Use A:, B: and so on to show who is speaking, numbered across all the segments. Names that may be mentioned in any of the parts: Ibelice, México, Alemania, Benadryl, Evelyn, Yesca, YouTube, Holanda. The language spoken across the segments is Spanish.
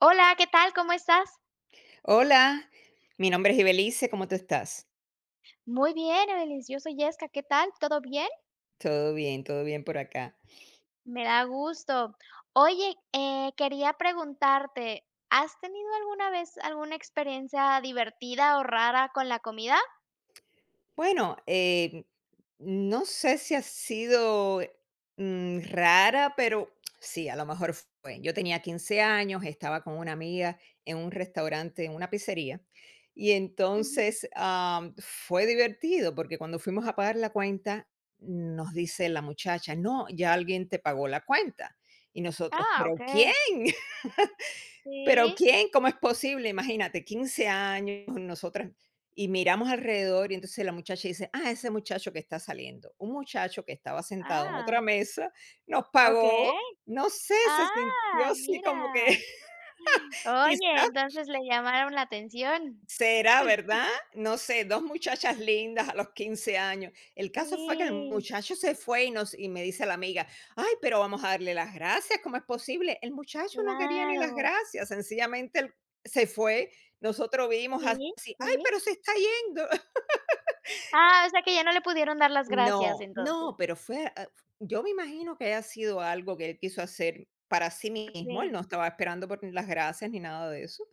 A: Hola, ¿qué tal? ¿Cómo estás?
B: Hola, mi nombre es Ibelice, ¿cómo tú estás?
A: Muy bien, Evelyn. Yo soy Yesca. ¿Qué tal? ¿Todo bien?
B: Todo bien por acá.
A: Me da gusto. Oye, quería preguntarte, ¿has tenido alguna vez alguna experiencia divertida o rara con la comida?
B: Bueno, no sé si ha sido, rara, pero sí, a lo mejor fue. Yo tenía 15 años, estaba con una amiga en un restaurante, en una pizzería, y
A: Ujú.
B: entonces, fue divertido, porque cuando fuimos a pagar la cuenta, nos dice la muchacha: "No, ya alguien te pagó la cuenta". Y nosotros:
A: Ah,
B: "¿Pero quién?".
A: okey.
B: Pero,
A: Sí.
B: ¿quién? ¿Cómo es posible? Imagínate, 15 años, nosotras, y miramos alrededor, y entonces la muchacha dice: "Ah, ese muchacho que está saliendo". Un muchacho que estaba sentado en otra
A: Ah,
B: mesa, nos pagó,
A: okey.
B: no sé, se sintió
A: Ah,
B: así como que
A: mira. Oye,
B: quizás.
A: entonces le llamaron la atención.
B: ¿Será verdad? No sé. 2 muchachas lindas a los 15 años. El caso fue que el
A: Sí,
B: muchacho se fue y me dice la amiga: "Ay, pero vamos a darle las gracias, ¿cómo es posible?". El muchacho no quería ni las
A: claro.
B: gracias, sencillamente él se fue. Nosotros vimos
A: Sí,
B: así: "Ay,
A: sí.
B: pero se está yendo".
A: Ah, o sea que ya no le pudieron dar las gracias
B: No,
A: entonces.
B: no, pero fue, yo me imagino que haya sido algo que él quiso hacer para sí mismo, él
A: Sí,
B: no estaba esperando por las gracias ni nada de eso.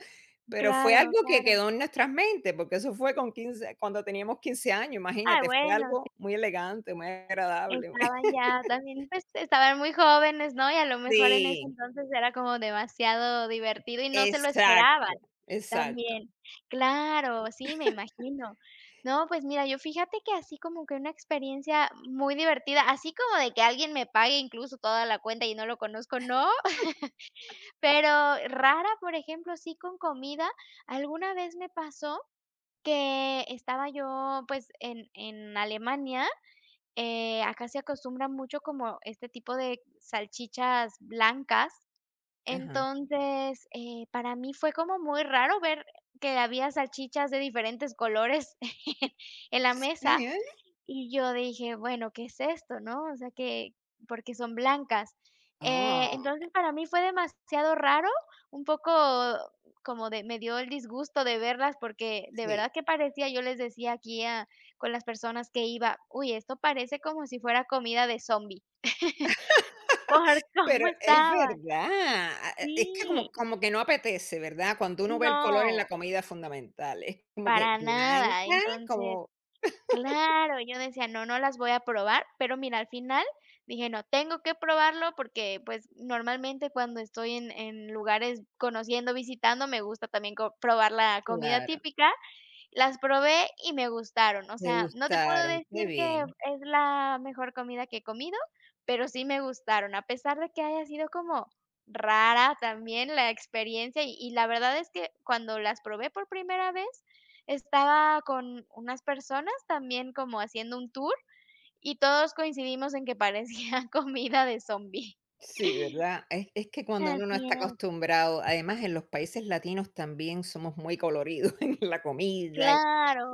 B: Pero fue
A: claro,
B: algo que
A: claro.
B: quedó en nuestras mentes, porque eso fue con 15 cuando teníamos 15 años,
A: Ay,
B: imagínate, fue
A: bueno, sí,
B: algo muy elegante, muy agradable.
A: estaban ya también, pues, estaban muy jóvenes, ¿no? Y a lo mejor en ese
B: Sí,
A: entonces era como demasiado divertido y no se lo esperaban
B: exacto, exacto,
A: también. Claro, sí, me imagino. No, pues mira, yo fíjate que así como que una experiencia muy divertida, así como de que alguien me pague incluso toda la cuenta y no lo conozco, no, pero rara, por ejemplo, sí con comida, alguna vez me pasó. Que estaba yo, pues, en Alemania, acá se acostumbran mucho como este tipo de salchichas blancas.
B: ajá.
A: Entonces, para mí fue como muy raro ver que había salchichas de diferentes colores en la mesa,
B: Sí, ¿eh?
A: y yo dije: "Bueno, ¿qué es esto?", ¿no? O sea, que porque son blancas.
B: Oh,
A: Entonces, para mí fue demasiado raro, un poco como de me dio el disgusto de verlas, porque de
B: sí.
A: verdad que parecía, yo les decía aquí a con las personas que iba: "Uy, esto parece como si fuera comida de zombie por
B: Pero
A: cómo
B: es
A: estaban.
B: verdad, a e es que
A: Sí,
B: como que no apetece, ¿verdad? Cuando uno ve el color en la
A: no,
B: comida fundamental, es como que
A: para nada.
B: blanca,
A: Entonces
B: como
A: claro, yo decía: "No, no las voy a probar", pero mira, al final dije: "No, tengo que probarlo", porque, pues, normalmente cuando estoy en lugares conociendo, visitando, me gusta también co probar la comida
B: claro,
A: típica, las probé y me gustaron, o
B: te
A: sea, no te puedo
B: gustaron, qué
A: decir que
B: bien.
A: es la mejor comida que he comido, pero sí me gustaron, a pesar de que haya sido como rara también la experiencia, y la verdad es que cuando las probé por primera vez, estaba con unas personas también como haciendo un tour, y todos coincidimos en que parecía comida de zombie.
B: Sí, ¿verdad? Es que cuando uno no
A: Así
B: está
A: es,
B: acostumbrado, además en los países latinos también somos muy coloridos en la comida y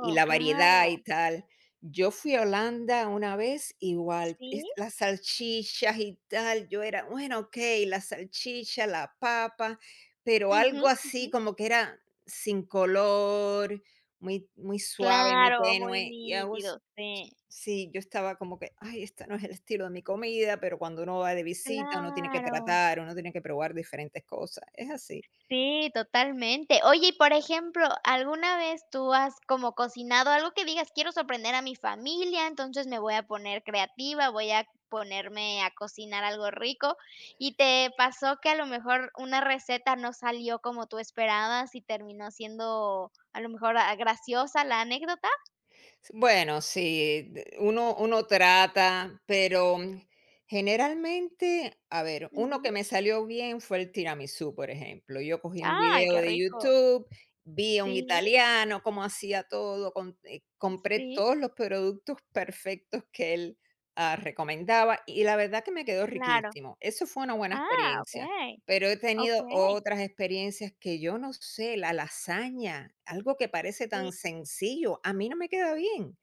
B: la variedad
A: claro,
B: y tal. Yo fui a Holanda una vez, igual,
A: sí,
B: las salchichas y tal, yo era, bueno, ok, la salchicha, la papa, pero
A: ujú,
B: algo así
A: ujú,
B: como que era sin color, muy, muy suave, muy
A: claro, muy
B: tenue. Y I was
A: nítido, sí.
B: Sí, yo estaba como que, ay, esta no es el estilo de mi comida, pero cuando uno va de visita, uno tiene que
A: Claro,
B: tratar, uno tiene que probar diferentes cosas. Es así.
A: sí, totalmente. Oye, y por ejemplo, ¿alguna vez tú has como cocinado algo que digas: "Quiero sorprender a mi familia, entonces me voy a poner creativa, voy a ponerme a cocinar algo rico", y te pasó que a lo mejor una receta no salió como tú esperabas y terminó siendo a lo mejor, ah, graciosa la anécdota?
B: Bueno, sí, uno, trata, pero generalmente, a ver, uno que
A: Ujú.
B: me salió bien fue el tiramisú, por ejemplo. Yo cogí un
A: Ay,
B: video
A: qué
B: de
A: rico.
B: YouTube, vi a un
A: Sí,
B: italiano cómo hacía todo, compré
A: sí,
B: todos los productos perfectos que él recomendaba y la verdad que me quedó
A: claro.
B: riquísimo. Eso fue una buena
A: Ah,
B: experiencia.
A: okey,
B: Pero he tenido
A: okey,
B: otras experiencias que yo no sé, la lasaña, algo que parece tan
A: sí.
B: sencillo, a mí no me queda bien.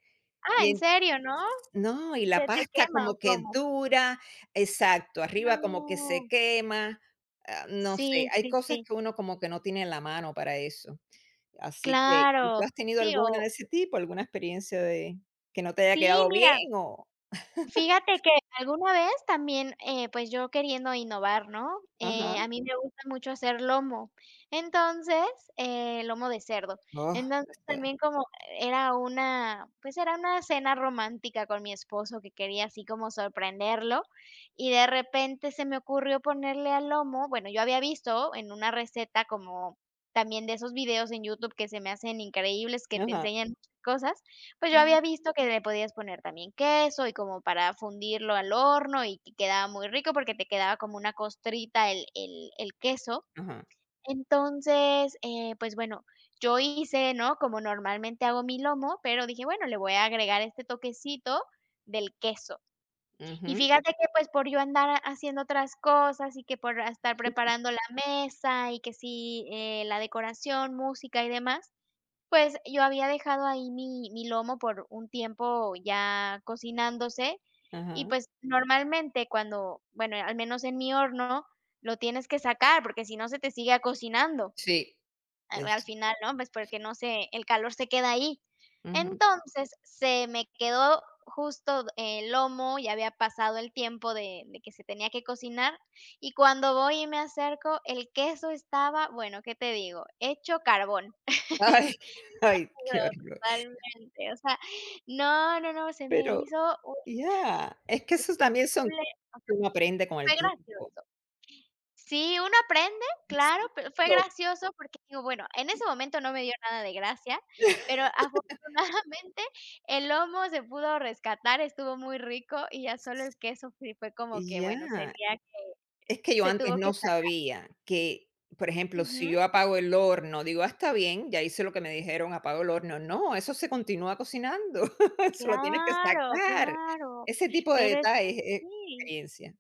A: Ah,
B: Y
A: ¿en
B: en
A: serio, no?
B: No, y
A: ¿Se
B: la
A: te
B: pasta
A: quema o
B: como que
A: cómo?
B: dura, exacto, arriba como que se
A: No.
B: quema, no sé,
A: Sí,
B: hay
A: sí,
B: cosas
A: sí.
B: que uno como que no tiene en la mano para eso. Así que, ¿y tú
A: Claro.
B: has tenido
A: Sí,
B: alguna de
A: o
B: ese tipo, alguna experiencia de que no te haya
A: sí,
B: quedado bien
A: mira,
B: o?
A: fíjate que alguna vez también, pues, yo queriendo innovar, ¿no?
B: Ajá.
A: A mí me gusta mucho hacer lomo. Entonces, lomo de cerdo.
B: Oh,
A: Entonces,
B: that's good.
A: también como era una, pues, era una cena romántica con mi esposo que quería así como sorprenderlo, y de repente se me ocurrió ponerle al lomo bueno, yo había visto en una receta como también de esos videos en YouTube que se me hacen increíbles, que te
B: Ajá.
A: enseñan muchas cosas, pues yo
B: Ujú.
A: había visto que le podías poner también queso y como para fundirlo al horno y que quedaba muy rico porque te quedaba como una costrita el queso.
B: Ajá.
A: Entonces, pues bueno, yo hice, ¿no? Como normalmente hago mi lomo, pero dije: "Bueno, le voy a agregar este toquecito del queso". Y
B: Ujú.
A: fíjate que, pues, por yo andar haciendo otras cosas y que por estar preparando la mesa y que sí, la decoración, música y demás, pues, yo había dejado ahí mi lomo por un tiempo ya cocinándose y,
B: Ajá.
A: pues, normalmente cuando bueno, al menos en mi horno, lo tienes que sacar, porque si no se te sigue cocinando,
B: Sí.
A: a al
B: es
A: final, ¿no? Pues, porque no sé el calor se queda ahí.
B: Ujú.
A: Entonces, se me quedó justo el lomo, ya había pasado el tiempo de que se tenía que cocinar, y cuando voy y me acerco, el queso estaba, bueno, ¿qué te digo? Hecho carbón.
B: Ay, ay, qué
A: Pero
B: horror.
A: totalmente, o sea, no, no, no, se me
B: Pero
A: hizo
B: ya, es que eso también son
A: horrible,
B: que uno aprende con el
A: fue
B: tiempo.
A: gracioso. Sí, uno aprende, claro, pero fue
B: Exacto.
A: gracioso porque digo, bueno, en ese momento no me dio nada de gracia, pero afortunadamente el lomo se pudo rescatar, estuvo muy rico y ya solo el queso sí fue como que,
B: Ya,
A: bueno, sería que
B: es que yo
A: se
B: antes
A: tuvo que
B: no
A: sa
B: sabía que, por ejemplo, si
A: ujú,
B: yo apago el horno, digo: "Ah, está bien, ya hice lo que me dijeron, apago el horno". No, eso se continúa cocinando, eso lo tienes que
A: claro,
B: sacar.
A: claro,
B: Ese tipo de
A: pero es que
B: detalles es
A: sí.
B: experiencia.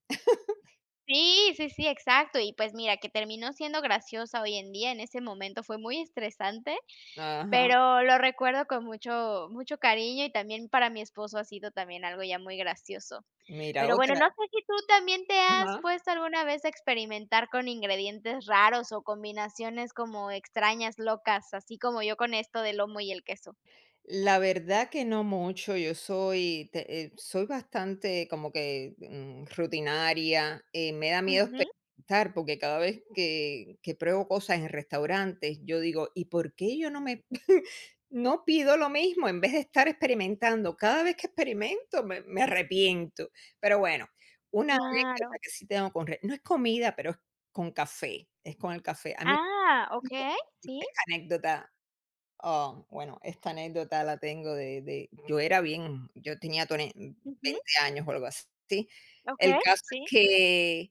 A: Sí, sí, sí, exacto. Y pues mira, que terminó siendo graciosa hoy en día, en ese momento fue muy estresante,
B: Ajá.
A: pero lo recuerdo con mucho mucho cariño y también para mi esposo ha sido también algo ya muy gracioso.
B: Mira,
A: Pero bueno,
B: otra
A: no sé si tú también te
B: Ajá.
A: has puesto alguna vez a experimentar con ingredientes raros o combinaciones como extrañas, locas, así como yo con esto del lomo y el queso.
B: La verdad que no mucho, yo soy, soy bastante como que rutinaria, me da miedo
A: Ujú,
B: experimentar porque cada vez que, pruebo cosas en restaurantes, yo digo, ¿y por qué yo no me, no pido lo mismo en vez de estar experimentando? Cada vez que experimento me, arrepiento, pero bueno, una anécdota
A: claro.
B: que sí tengo con, no es comida, pero es con café, es con el café. A mí
A: Ah, okey, sí.
B: esta anécdota Ah, bueno, esta anécdota la tengo de yo era bien yo tenía tone
A: Ujú,
B: 20 años o algo así. El
A: okey,
B: caso
A: sí,
B: es que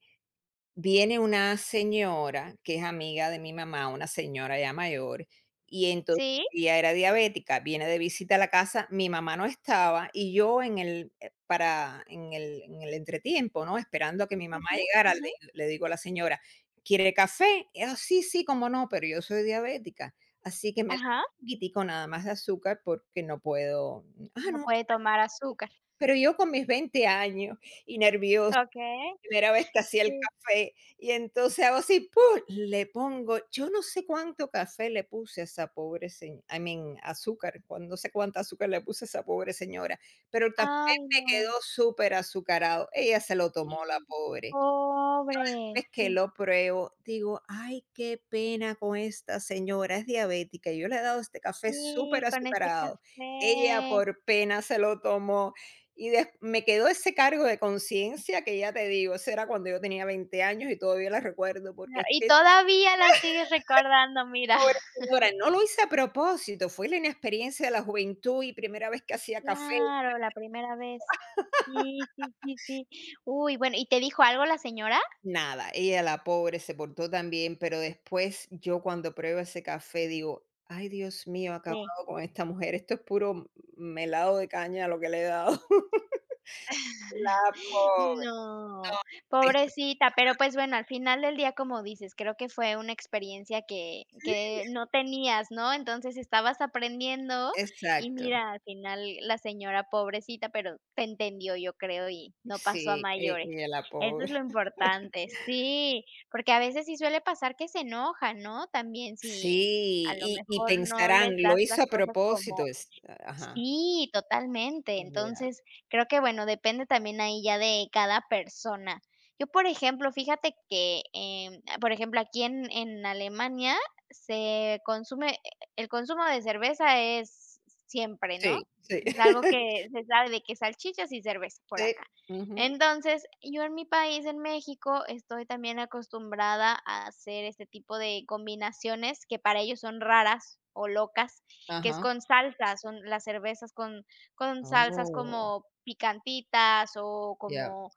B: viene una señora que es amiga de mi mamá, una señora ya mayor, y entonces
A: sí.
B: ella era diabética, viene de visita a la casa, mi mamá no estaba y yo en el para en el entretiempo, ¿no? Esperando a que mi mamá
A: Ujú,
B: llegara, le
A: ujú,
B: le digo a la señora: "¿Quiere café?". "Ah, sí, sí, cómo no, pero yo soy diabética, así que me da
A: ajá.
B: un poquitico nada más de azúcar porque no puedo". "Ah,
A: No
B: no,
A: puede tomar azúcar.
B: pero yo con mis 20 años y nerviosa".
A: Okey,
B: Primera vez que hacía el
A: sí.
B: café y entonces hago así, ¡pum!, le pongo yo no sé cuánto café le puse a esa pobre señora, azúcar, cuan no sé cuánta azúcar le puse a esa pobre señora, pero el café
A: Ay,
B: me
A: no.
B: quedó súper azucarado. Ella se lo tomó, la pobre.
A: Pobre,
B: Pues que
A: sí,
B: lo pruebo, digo: "Ay, qué pena con esta señora, es diabética, yo le he dado este café súper
A: sí, con ese
B: azucarado". Ella
A: café.
B: por pena se lo tomó y des me quedó ese cargo de conciencia que ya te digo, eso era cuando yo tenía 20 años y todavía la recuerdo, porque
A: No,
B: es
A: y
B: que esa
A: todavía la sigues recordando, mira.
B: pobre señora, no lo hice a propósito, fue la inexperiencia de la juventud y primera vez que hacía café.
A: Claro, la primera vez. Sí, sí, sí, sí. Uy, bueno, ¿y te dijo algo la señora?
B: Nada, ella la pobre se portó tan bien, pero después yo cuando pruebo ese café digo, ay Dios mío, he acabado
A: Sí.
B: con esta mujer, esto es puro melado de caña lo que le he dado. La pobre,
A: No,
B: no, esto
A: pobrecita, pero, pues, bueno, al final del día, como dices, creo que fue una experiencia que no tenías, ¿no? Entonces, estabas aprendiendo y
B: exacto,
A: mira, al final la señora pobrecita, pero te entendió, yo creo, y no pasó a
B: sí, e
A: mayores.
B: ella la
A: Eso es
B: pobre.
A: lo importante, sí, porque a veces sí suele pasar que se enojan, ¿no? También si
B: Sí,
A: a lo
B: y
A: mejor no les
B: pensarán, lo
A: das las
B: hizo a
A: cosas
B: propósito,
A: como
B: es ajá,
A: sí, totalmente.
B: ya,
A: Entonces, creo que, bueno, depende también ahí ya de cada persona. Yo, por ejemplo, fíjate que, por ejemplo, aquí en Alemania se consume el consumo de cerveza es siempre, ¿no?
B: sí, sí,
A: Es algo que se sabe de que salchichas y cerveza por
B: sí,
A: acá.
B: ujú,
A: Entonces, yo en mi país, en México, estoy también acostumbrada a hacer este tipo de combinaciones que para ellos son raras o locas que es
B: ajá,
A: con salsas son las cervezas con salsas
B: oh,
A: como picantitas o
B: ya.
A: como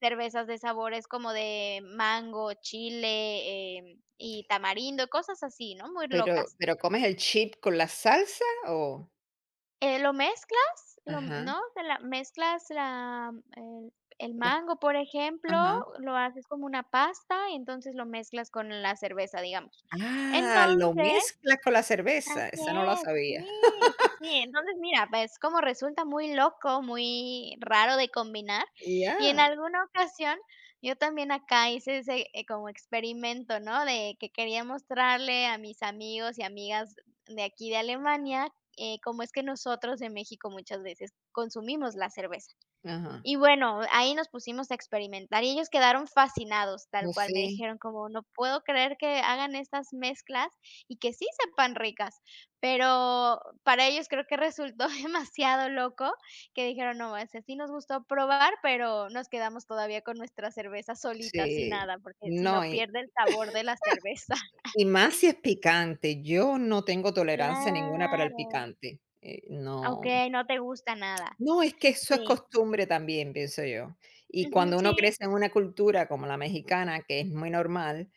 A: cervezas de sabores como de mango, chile, y tamarindo, cosas así, ¿no? Muy
B: Pero
A: locas.
B: pero, ¿comes el chip con la salsa o?
A: Lo mezclas, lo
B: Ajá,
A: ¿no? Se la mezclas la el el
B: las
A: mango, por ejemplo,
B: ajá.
A: lo haces como una pasta, y entonces lo mezclas con la cerveza, digamos.
B: Ah, lo
A: Entonces
B: mezclas con la
A: así
B: cerveza, esa no la
A: es,
B: sabía.
A: sí, sí, sí. Entonces, mira, pues, como resulta muy loco, muy raro de combinar, y en
B: Ya,
A: alguna ocasión yo también acá hice ese, como experimento, ¿no? De que quería mostrarle a mis amigos y amigas de aquí de Alemania, cómo es que nosotros en México muchas veces consumimos la cerveza.
B: ajá.
A: Y bueno, ahí nos pusimos a experimentar y ellos quedaron fascinados, tal
B: Pues
A: cual. Me
B: sí,
A: dijeron como: "No puedo creer que hagan estas mezclas y que sí sepan ricas", pero para ellos creo que resultó demasiado loco que dijeron: "No, ese sí nos gustó probar, pero nos quedamos todavía con nuestra cerveza solita, sin
B: sí.
A: nada, porque si no
B: No, y
A: pierde el sabor de la cerveza".
B: y más si es picante. Yo no tengo tolerancia ninguna para el
A: Claro.
B: picante, no.
A: Okey, no te gusta nada.
B: No, es que eso es
A: Sí.
B: costumbre también, pienso yo. Y
A: Ujú,
B: cuando
A: sí.
B: uno crece en una cultura como la mexicana, que es muy normal,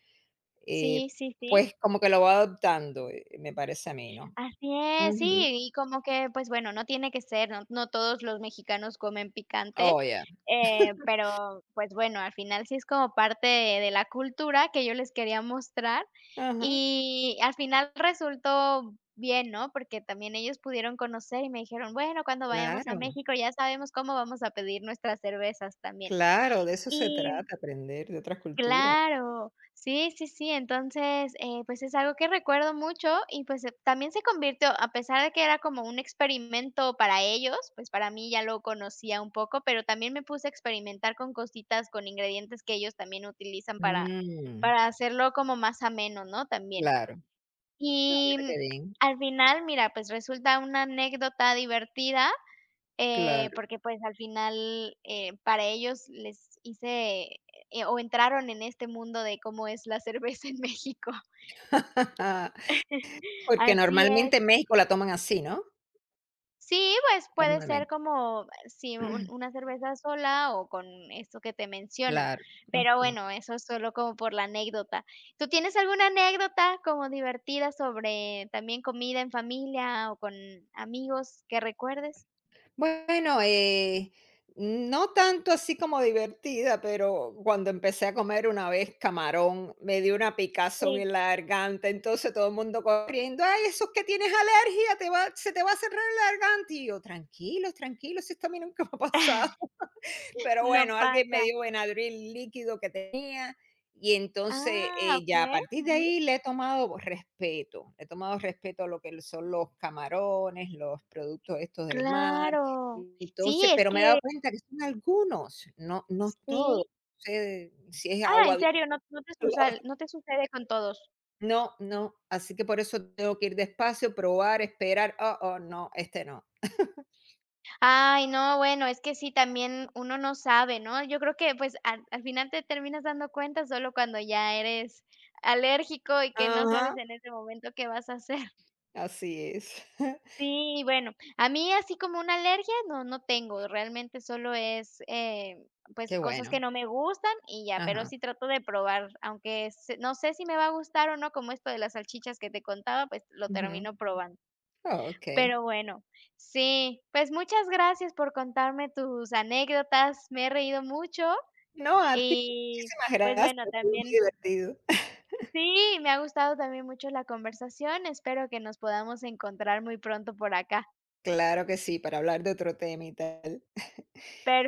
B: eh,
A: Sí, sí, sí.
B: pues como que lo va adoptando, me parece a mí, ¿no?
A: Así es, sí,
B: Ujú.
A: y como que, pues bueno, no tiene que ser, no todos los mexicanos comen picante,
B: Oh, ya.
A: pero, pues bueno, al final sí es como parte de la cultura que yo les quería mostrar,
B: Ajá,
A: y al final resultó bien, ¿no? Porque también ellos pudieron conocer y me dijeron: "Bueno, cuando vayamos a
B: claro,
A: México ya sabemos cómo vamos a pedir nuestras cervezas también".
B: claro, de eso se
A: Y
B: trata, aprender de otras culturas.
A: claro, sí, sí, sí, entonces, pues, es algo que recuerdo mucho y, pues, también se convirtió, a pesar de que era como un experimento para ellos, pues, para mí ya lo conocía un poco, pero también me puse a experimentar con cositas, con ingredientes que ellos también utilizan
B: Mm,
A: para hacerlo como más ameno, ¿no?, también.
B: claro. Ah,
A: Y,
B: mira qué bien.
A: al final, mira, pues, resulta una anécdota divertida
B: Claro.
A: porque, pues, al final, para ellos les hice, o entraron en este mundo de cómo es la cerveza en México.
B: Porque
A: Así es.
B: normalmente en México la toman así, ¿no?
A: Sí, pues, puede ser
B: Normalmente.
A: como sí, un una cerveza sola o con esto que te menciono.
B: Claro.
A: Pero
B: Ujú.
A: bueno, eso es solo como por la anécdota. ¿Tú tienes alguna anécdota como divertida sobre también comida en familia o con amigos que recuerdes?
B: Bueno, no tanto así como divertida, pero cuando empecé a comer una vez camarón, me dio una picazón
A: Sí.
B: en la garganta, entonces todo el mundo corriendo, ay, eso es que tienes alergia, te va, se te va a cerrar la garganta. Y yo, tranquilo, tranquilo, si esto a mí nunca me ha pasado. Pero
A: No
B: bueno, alguien me
A: pasa.
B: dio Benadryl líquido que tenía y entonces
A: Ah,
B: ya a
A: okey.
B: partir de ahí le he tomado respeto, le he tomado respeto a lo que son los camarones, los productos estos del mar,
A: Claro. Sí,
B: entonces,
A: es
B: pero me he dado
A: que
B: cuenta que son algunos, no, no todos.
A: sí.
B: No sé si es
A: Ah,
B: agua.
A: ¿en serio? No no te sucede, no te sucede con todos.
B: No, no, no, así que por eso tengo que ir despacio, probar, esperar, oh, oh, no, este no.
A: Ay, no, bueno, es que sí, también uno no sabe, ¿no? Yo creo que, pues, al al final te terminas dando cuenta solo cuando ya eres alérgico y que no
B: Ajá,
A: sabes en ese momento qué vas a hacer.
B: así es.
A: Sí, bueno, a mí así como una alergia no, no tengo, realmente solo es, pues,
B: Qué
A: cosas que
B: bueno.
A: no me gustan y ya, pero
B: Ajá.
A: sí trato de probar, aunque se- no sé si me va a gustar o no, como esto de las salchichas que te contaba, pues lo
B: Ujú.
A: termino probando.
B: Okey.
A: Pero bueno, sí, pues muchas gracias por contarme tus anécdotas, me he reído mucho
B: No, a ti,
A: y
B: muchísimas
A: pues
B: gracias,
A: bueno,
B: ha sido muy
A: también,
B: divertido.
A: sí, me ha gustado también mucho la conversación, espero que nos podamos encontrar muy pronto por acá.
B: Claro que sí, para hablar de otro tema y tal.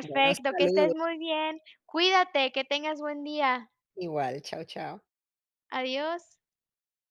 B: Bueno,
A: que estés
B: saludos.
A: muy bien. Cuídate, que tengas buen día.
B: Igual, chao, chao.
A: Adiós.